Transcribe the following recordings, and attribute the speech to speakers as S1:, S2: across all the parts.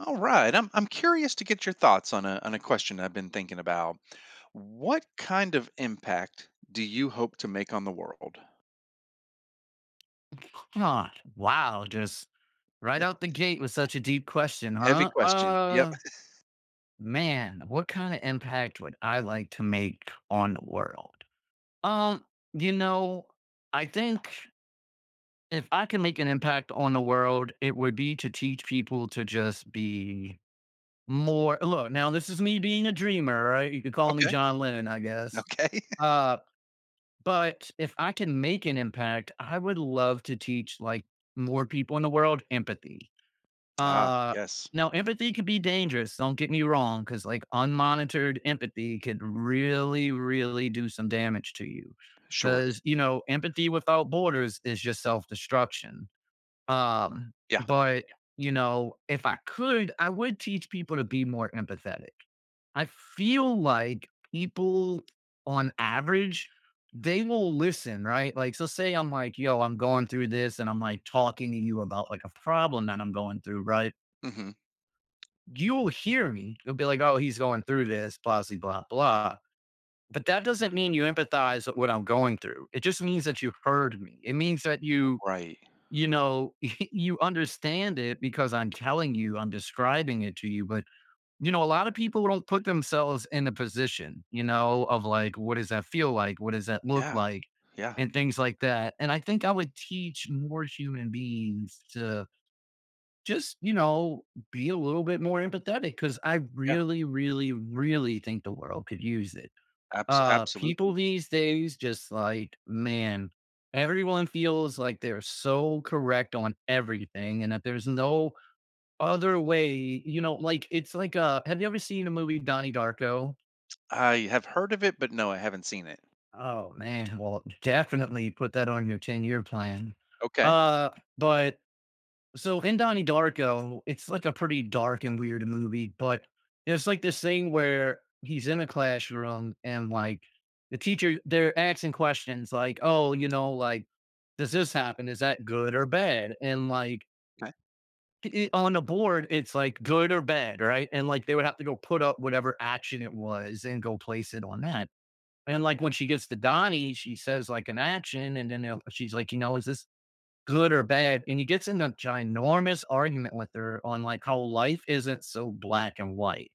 S1: All right. I'm curious to get your thoughts on a question I've been thinking about. What kind of impact do you hope to make on the world?
S2: Huh, wow, just right out the gate with such a deep question,
S1: Heavy
S2: huh?
S1: question. Yep.
S2: Man, what kind of impact would I like to make on the world? Um, you know, I think if I can make an impact on the world, it would be to teach people to just be more. Look, now this is me being a dreamer, right? You could call me
S1: Okay.
S2: John Lennon, I guess.
S1: Okay.
S2: Uh, but if I can make an impact, I would love to teach like more people in the world empathy
S1: Ah,
S2: Uh,
S1: yes.
S2: Now empathy can be dangerous. Don't get me wrong, because like unmonitored empathy could really, really do some damage to you.
S1: Sure.
S2: Because you know, empathy without borders is just self destruction. Um,
S1: Yeah.
S2: but you know, if I could, I would teach people to be more empathetic. I feel like people, on average, they will listen, right? Like, so say I'm like, yo, I'm going through this, and I'm like talking to you about like a problem that I'm going through, right?
S1: Hmm.
S2: You'll hear me. You'll be like, oh, he's going through this, blah, blah, blah, blah. But that doesn't mean you empathize with what I'm going through. It just means that you heard me. It means that you,
S1: Right.
S2: you know, you understand it because I'm telling you, I'm describing it to you. But, you know, a lot of people don't put themselves in a position, you know, of like, what does that feel like? What does that look
S1: Yeah.
S2: like?
S1: Yeah.
S2: And things like that. And I think I would teach more human beings to just, you know, be a little bit more empathetic, because I
S1: Yeah.
S2: really, really, really think the world could use it. People
S1: Absolutely.
S2: these days just like, man, everyone feels like they're so correct on everything and that there's no other way, you know, like it's like, have you ever seen the movie Donnie Darko?
S1: I have heard of it, but no, I haven't seen it.
S2: Oh man, well, definitely put that on your 10-year plan.
S1: Okay.
S2: Uh, but So in Donnie Darko, it's like a pretty dark and weird movie, but it's like this thing where he's in a classroom and like the teacher they're asking questions like, "Oh, you know, like does this happen? Is that good or bad?" And like
S1: Okay.
S2: on the board, it's like good or bad, right? And like they would have to go put up whatever action it was and go place it on that. And like when she gets to Donnie, she says like an action, and then she's like, "You know, is this good or bad," and he gets in a ginormous argument with her on like how life isn't so black and white,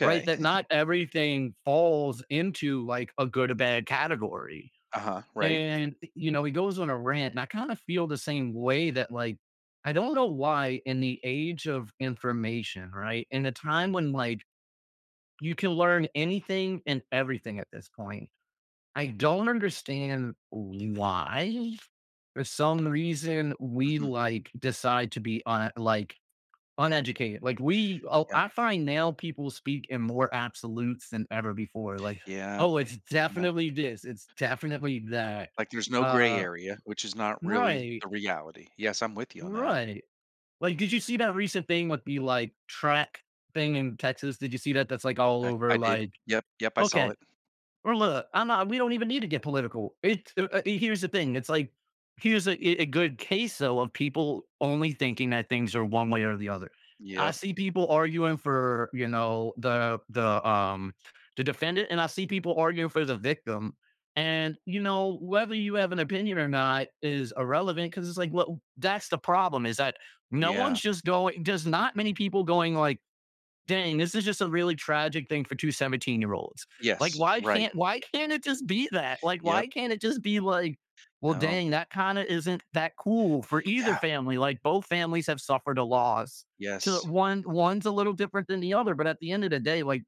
S2: right? That not everything falls into like a good or bad category.
S1: Uh huh. Right.
S2: And you know, he goes on a rant, and I kind of feel the same way that like I don't know why in the age of information, right? In a time when like you can learn anything and everything at this point. I don't understand why. For some reason, we
S1: Hmm.
S2: like decide to be uneducated. Like we, oh,
S1: Yeah.
S2: I find now people speak in more absolutes than ever before. Like,
S1: Yeah.
S2: oh, it's
S1: Yeah.
S2: definitely this. It's definitely that.
S1: Like there's no gray
S2: Uh,
S1: area, which is not really
S2: right,
S1: the reality. Yes, I'm with you on that.
S2: right. Like, did you see that recent thing with the like track thing in Texas? Did you see that? That's like all
S1: I
S2: over.
S1: I did.
S2: Like,
S1: Yep, yep, I saw
S2: okay.
S1: it.
S2: Or look, I'm not we don't even need to get political. It's Here's the thing. It's like, here's a good case, though, of people only thinking that things are one way or the other. I
S1: Yep,
S2: see people arguing for, you know, the defendant, and I see people arguing for the victim. And, you know, whether you have an opinion or not is irrelevant because it's like, well, that's the problem is that no
S1: yeah.
S2: one's just going there's not many people going like, dang, this is just a really tragic thing for 217 year olds. Like,
S1: Yes, right.
S2: why can't it just be that? Like,
S1: Yep,
S2: why can't it just be like, well,
S1: um,
S2: dang, that kind of isn't that cool for either
S1: yeah,
S2: family. Like both families have suffered a loss. To
S1: yes,
S2: one one's a little different than the other, but at the end of the day, like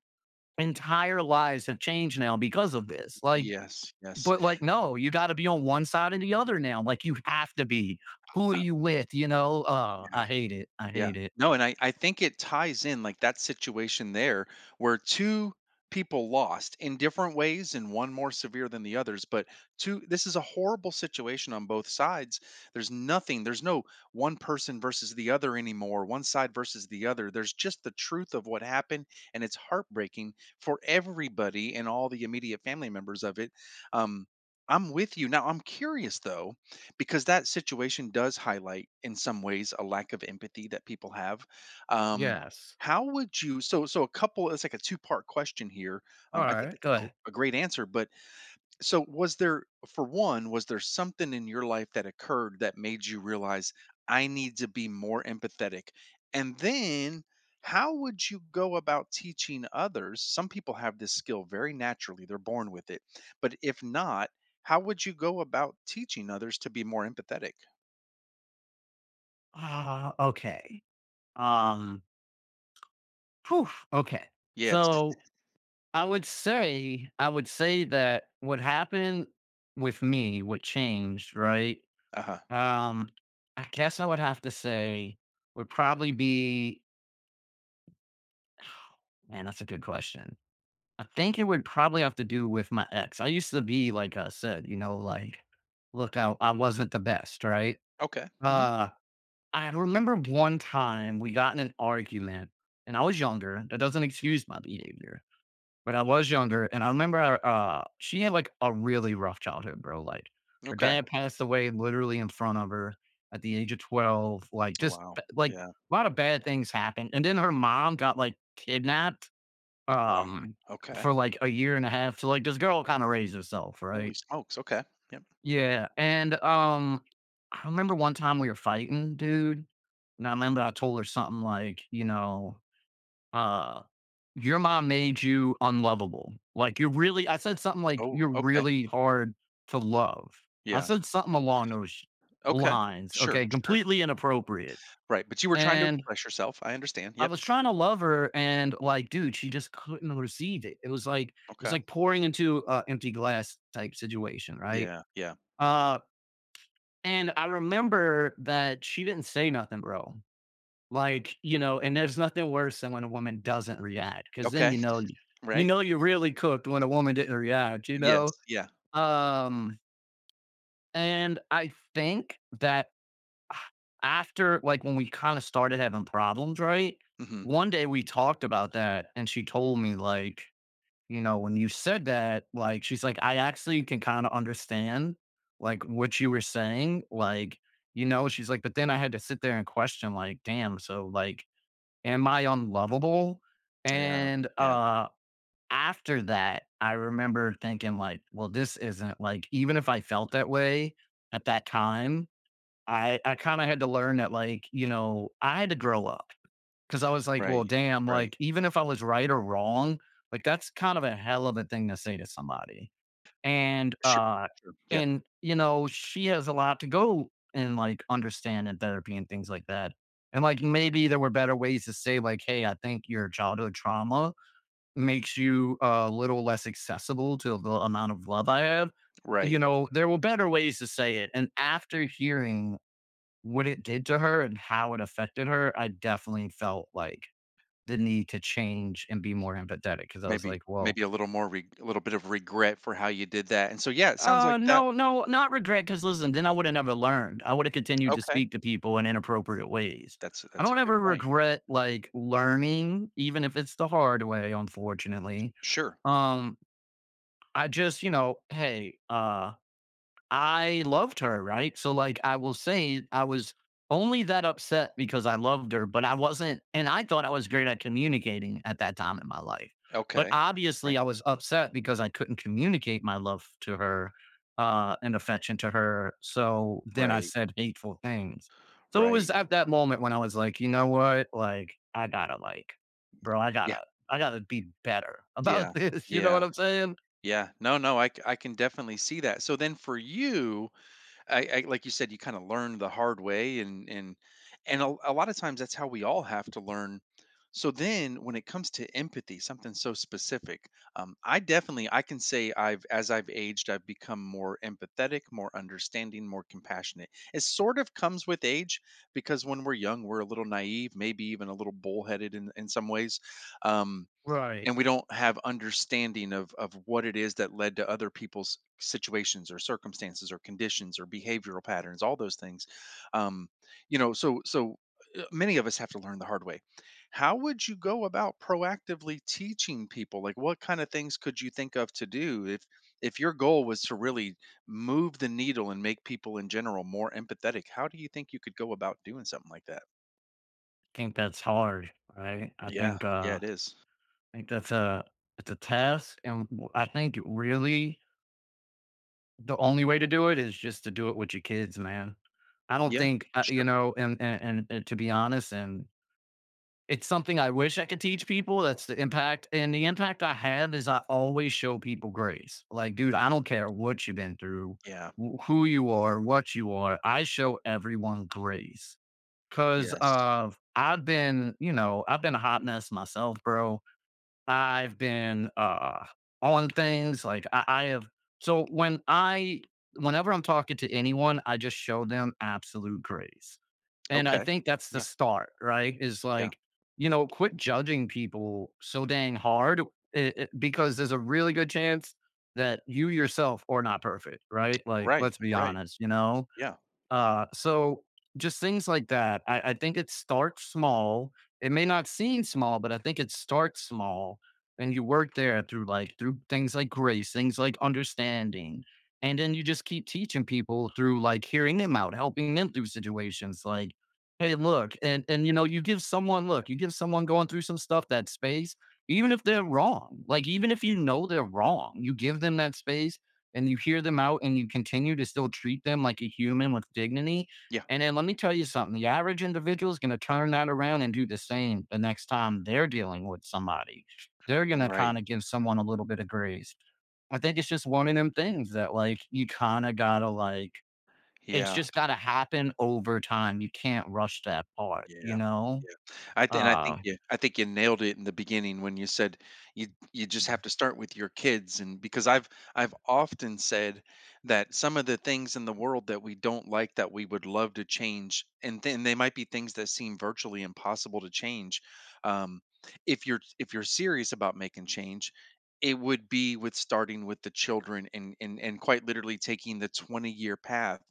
S2: entire lives have changed now because of this. Like,
S1: yes, yes.
S2: but like, no, you gotta be on one side and the other now. Like you have to be. Who are
S1: Uh
S2: you with? You know? I hate it. I
S1: Yeah.
S2: hate it.
S1: No, and I think it ties in, like, that situation there where two people lost in different ways and one more severe than the others, but 2 this is a horrible situation on both sides. There's no one person versus the other anymore, one side versus the other. There's just the truth of what happened, and it's heartbreaking for everybody and all the immediate family members of it. Um, I'm with you. Now I'm curious, though, because that situation does highlight, in some ways, a lack of empathy that people have. Um,
S2: Yes.
S1: how would you so so a couple It's like a two-part question here.
S2: All
S1: I think
S2: right.
S1: it's
S2: Go ahead.
S1: a great answer, but was there something in your life that occurred that made you realize I need to be more empathetic? And then how would you go about teaching others? Some people have this skill very naturally, they're born with it. But if not, how would you go about teaching others to be more empathetic?
S2: Ah, okay. Um, phew, okay.
S1: Yeah, it's
S2: So I would say that what happened with me, what changed, right?
S1: uh-huh.
S2: Um, I guess I would have to say would probably be, man, that's a good question. I think it would probably have to do with my ex. I used to be, like I said, you know, like, look, I wasn't the best, right?
S1: Okay. Hmm.
S2: Uh, I remember one time we got in an argument and I was younger. That doesn't excuse my behavior, but I was younger. And I remember she had like a really rough childhood, bro. Like her
S1: Okay.
S2: dad passed away literally in front of her at the age of 12. Like
S1: Oh,
S2: just
S1: wow.
S2: like
S1: Yeah.
S2: a lot of bad things happened. And then her mom got like kidnapped
S1: Wow.
S2: um,
S1: Okay.
S2: for like a year and a half. So like this girl kind of raised herself,
S1: Holy
S2: right?
S1: smokes. Okay. Yep.
S2: Yeah, and, I remember one time we were fighting, dude, and I remember I told her something like, you know, uh, "Your mom made you unlovable." Like, "You're really" I said something like,
S1: Oh,
S2: "You're
S1: okay.
S2: really hard to love." I
S1: Yeah.
S2: said something along those
S1: Okay.
S2: lines,
S1: Sure.
S2: okay,
S1: Sure.
S2: completely inappropriate,
S1: Right, but you were trying to
S2: and
S1: express yourself, I understand,
S2: I
S1: yep,
S2: was trying to love her and, like, dude, she just couldn't receive it. It was like it's
S1: okay.
S2: like pouring into an empty glass type situation, right?
S1: Yeah, yeah,
S2: Uh And I remember that she didn't say nothing, bro. Like, you know, and there's nothing worse than when a woman doesn't react because then
S1: okay.
S2: you
S1: Right?
S2: know you really cooked when a woman didn't react, you
S1: Yes,
S2: know?
S1: yeah,
S2: Um, and I think that after like when we kind of started having problems, right?
S1: mhm,
S2: One day we talked about that and she told me like you know, when you said that, like, she's like, "I actually can kinda understand, like, what you were saying." Like, you know, she's like, "But then I had to sit there and question, like, damn, so, like, am I unlovable?"
S1: yeah,
S2: And,
S1: yeah,
S2: after that, I remember thinking, like, "Well, this isn't like, even if I felt that way at that time, I kinda had to learn that, like, you know, I had to grow up." Cause I was like, well,
S1: right,
S2: damn,
S1: right,
S2: like, even if I was right or wrong, like, that's kind of a hell of a thing to say to somebody. And,
S1: sure,
S2: uh,
S1: sure, yeah,
S2: and, you know, she has a lot to go and like understand in therapy and things like that. And like, maybe there were better ways to say, like, hey, I think your childhood trauma makes you a little less accessible to the amount of love I have. You
S1: right,
S2: know, there were better ways to say it. And after hearing what it did to her and how it affected her, I definitely felt like the need to change and be more empathetic because I was
S1: maybe
S2: like, "Well,
S1: maybe a little bit of regret for how you did that. And so, yeah, it sounds like
S2: uh,
S1: that.
S2: no, no, not regret." Because listen, then I woulda never learned. I woulda continued to
S1: Okay,
S2: speak to people in inappropriate ways."
S1: that's
S2: I
S1: that's a
S2: don't
S1: good
S2: ever
S1: point.
S2: regret, like, learning, even if it's the hard way, unfortunately.
S1: Sure,
S2: Um, I just, you know, hey, I loved her, right? So, like, I will say I was only that upset because I loved her, but I wasn't and I thought I was great at communicating at that time in my life. But
S1: okay,
S2: obviously,
S1: right,
S2: I was upset because I couldn't communicate my love to her, and affection to her. So then I
S1: right,
S2: said hateful things. So it was
S1: right,
S2: at that moment when I was like, you know what? Like, I gotta like, bro,
S1: yeah,
S2: I gotta be better
S1: yeah,
S2: about this. You know
S1: yeah,
S2: what I'm saying?
S1: yeah, no, no, I can definitely see that. So then for you, I like you said, you kind of learn the hard way, and and a lot of times that's how we all have to learn. So then, when it comes to empathy, something so specific, I can say I've as I've aged, I've become more empathetic, more understanding, more compassionate. It sort of comes with age because when we're young, we're a little naive, maybe even a little bullheaded in some ways. Um,
S2: Right.
S1: and we don't have understanding of what it is that led to other people's situations or circumstances or conditions or behavioral patterns, all those things. Um you know so so uh, many of us have to learn the hard way. How would you go about proactively teaching people, like, what kind of things could you think of to do if your goal was to really move the needle and make people in general more empathetic? How do you think you could go about doing something like that?
S2: think that's hard, right?
S1: Yeah. Yeah,
S2: I
S1: it is.
S2: think that's a it's a task and I think really the only way to do it is just to do it with your kids, man. I don't
S1: Yeah.
S2: think
S1: Sure.
S2: you know and to be honest and it's something I wish I could teach people. That's the impact. And the impact I have is I always show people grace. Like, dude, I don't care what you've been through,
S1: Yeah.
S2: who you are, what you are. I show everyone grace Cause
S1: Yes.
S2: of I've been, you know, I've been a hot mess myself, bro. I've been on things like I have so when I whenever I'm talking to anyone, I just show them absolute grace. And I
S1: Okay.
S2: think that's the
S1: Yeah.
S2: start, right? Is
S1: Yeah.
S2: like, you know, quit judging people so dang hard because there's a really good chance that you yourself are not perfect, right? Like,
S1: Right.
S2: let's be
S1: Right.
S2: honest, you know?
S1: Yeah.
S2: So just things like that. I think it starts small. It may not seem small, but I think it starts small. And you work there through like through things like grace, things like understanding. And then you just keep teaching people through like hearing them out, helping them through situations like, hey, look, and you know, you give someone going through some stuff that space, even if they're wrong. Like even if you know they're wrong, you give them that space and you hear them out and you continue to still treat them like a human with dignity.
S1: Yeah.
S2: And then let me tell you something the average individual is going to turn that around and do the same the next time they're dealing with somebody. They're going to
S1: Right.
S2: kind of give someone a little bit of grace. I think it's just one of them things that, like, you kind of got to, like, it's
S1: Yeah.
S2: just got to happen over time. You can't rush that part, you
S1: Yeah.
S2: know?
S1: Yeah. I th And I think
S2: Uh,
S1: you nailed it in the beginning when you said you you just have to start with your kids. And because I've often said that some of the things in the world that we don't like, that we would love to change, and then they might be things that seem virtually impossible to change. Um, if you're serious about making change, it would be with starting with the children, and quite literally taking the 20-year path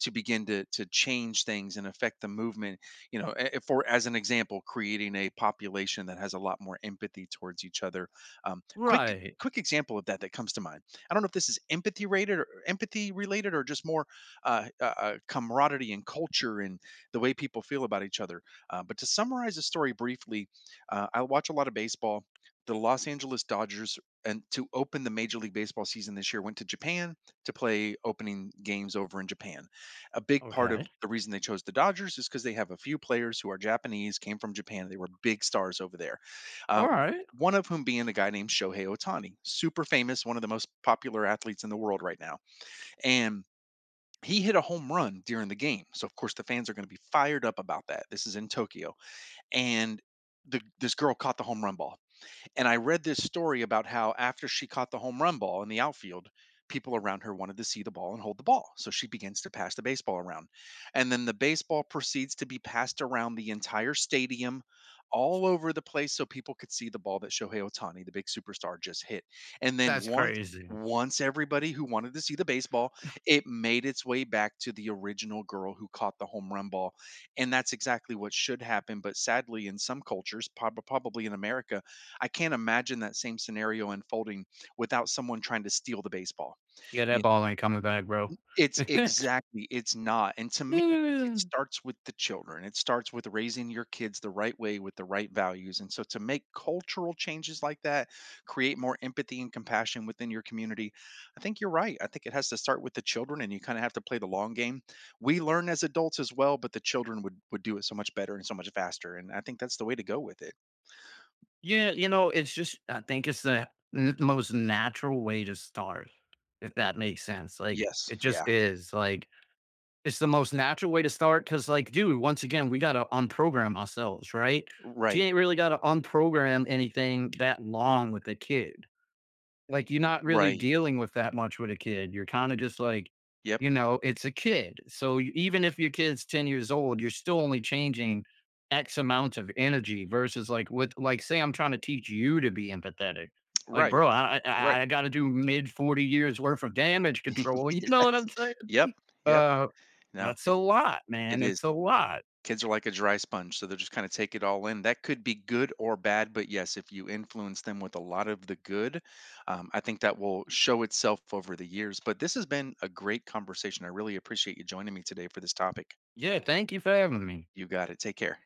S1: to begin to change things and affect the movement. You know, a- for as an example, creating a population that has a lot more empathy towards each other. um, quick
S2: right.
S1: quick example of that comes to mind. I don't know if this is empathy related or just more camaraderie and culture and the way people feel about each other. But to summarize the story briefly, I watch a lot of baseball. The Los Angeles Dodgers, and to open the Major League Baseball season this year, went to Japan to play opening games over in Japan. A big part of
S2: Okay.
S1: the reason they chose the Dodgers is because they have a few players who are Japanese, came from Japan. They were big stars over there. Uh,
S2: All right.
S1: One of whom being a guy named Shohei Ohtani, super famous, one of the most popular athletes in the world right now. And he hit a home run during the game. So, of course, the fans are going to be fired up about that. This is in Tokyo. And this girl caught the home run ball. And I read this story about how after she caught the home run ball in the outfield, people around her wanted to see the ball and hold the ball. So she begins to pass the baseball around. And then the baseball proceeds to be passed around the entire stadium, all over the place, so people could see the ball that Shohei Otani, the big superstar, just hit. And then
S2: That's
S1: once
S2: crazy.
S1: once everybody who wanted to see the baseball, it made its way back to the original girl who caught the home run ball. And that's exactly what should happen. But sadly, in some cultures, probably in America, I can't imagine that same scenario unfolding without someone trying to steal the baseball.
S2: Yeah,
S1: You,
S2: that ball ain't coming back, bro.
S1: it's exactly It's not, and to me, it
S2: Yeah.
S1: starts with the children. It starts with raising your kids the right way with the right values, and so to make cultural changes like that, create more empathy and compassion within your community, I think you're right. I think it has to start with the children, and you kinda have to play the long game. We learn as adults as well, but the children would do it so much better and so much faster, and I think that's the way to go with it.
S2: Yeah, you know, it's just I think it's the n most natural way to start, if that makes sense, like,
S1: Yes,
S2: it
S1: yeah.
S2: just is, like, it's the most natural way to start because, like, dude, once again, we gotta unprogram ourselves, right? You
S1: Right,
S2: ain't really gotta unprogram anything that long with a kid. Like, you're not really
S1: right.
S2: dealing with that much with a kid. You're kind of just like,
S1: Yep.
S2: you know, it's a kid. So even if your kid's 10 years old, you're still only changing X amount of energy versus like with like say I'm trying to teach you to be empathetic. Like,
S1: Right,
S2: bro, I
S1: right.
S2: I, I gotta do mid 40 years worth of damage control. You know what I'm saying?
S1: Yep, yep.
S2: Uh
S1: No,
S2: that's a
S1: it
S2: lot,
S1: it
S2: man.
S1: is.
S2: It's a lot.
S1: Kids are like a dry sponge, so they'll just kinda take it all in. That could be good or bad, but yes, if you influence them with a lot of the good, I think that will show itself over the years. But this has been a great conversation. I really appreciate you joining me today for this topic.
S2: Yeah, thank you for having me.
S1: You got it. Take care.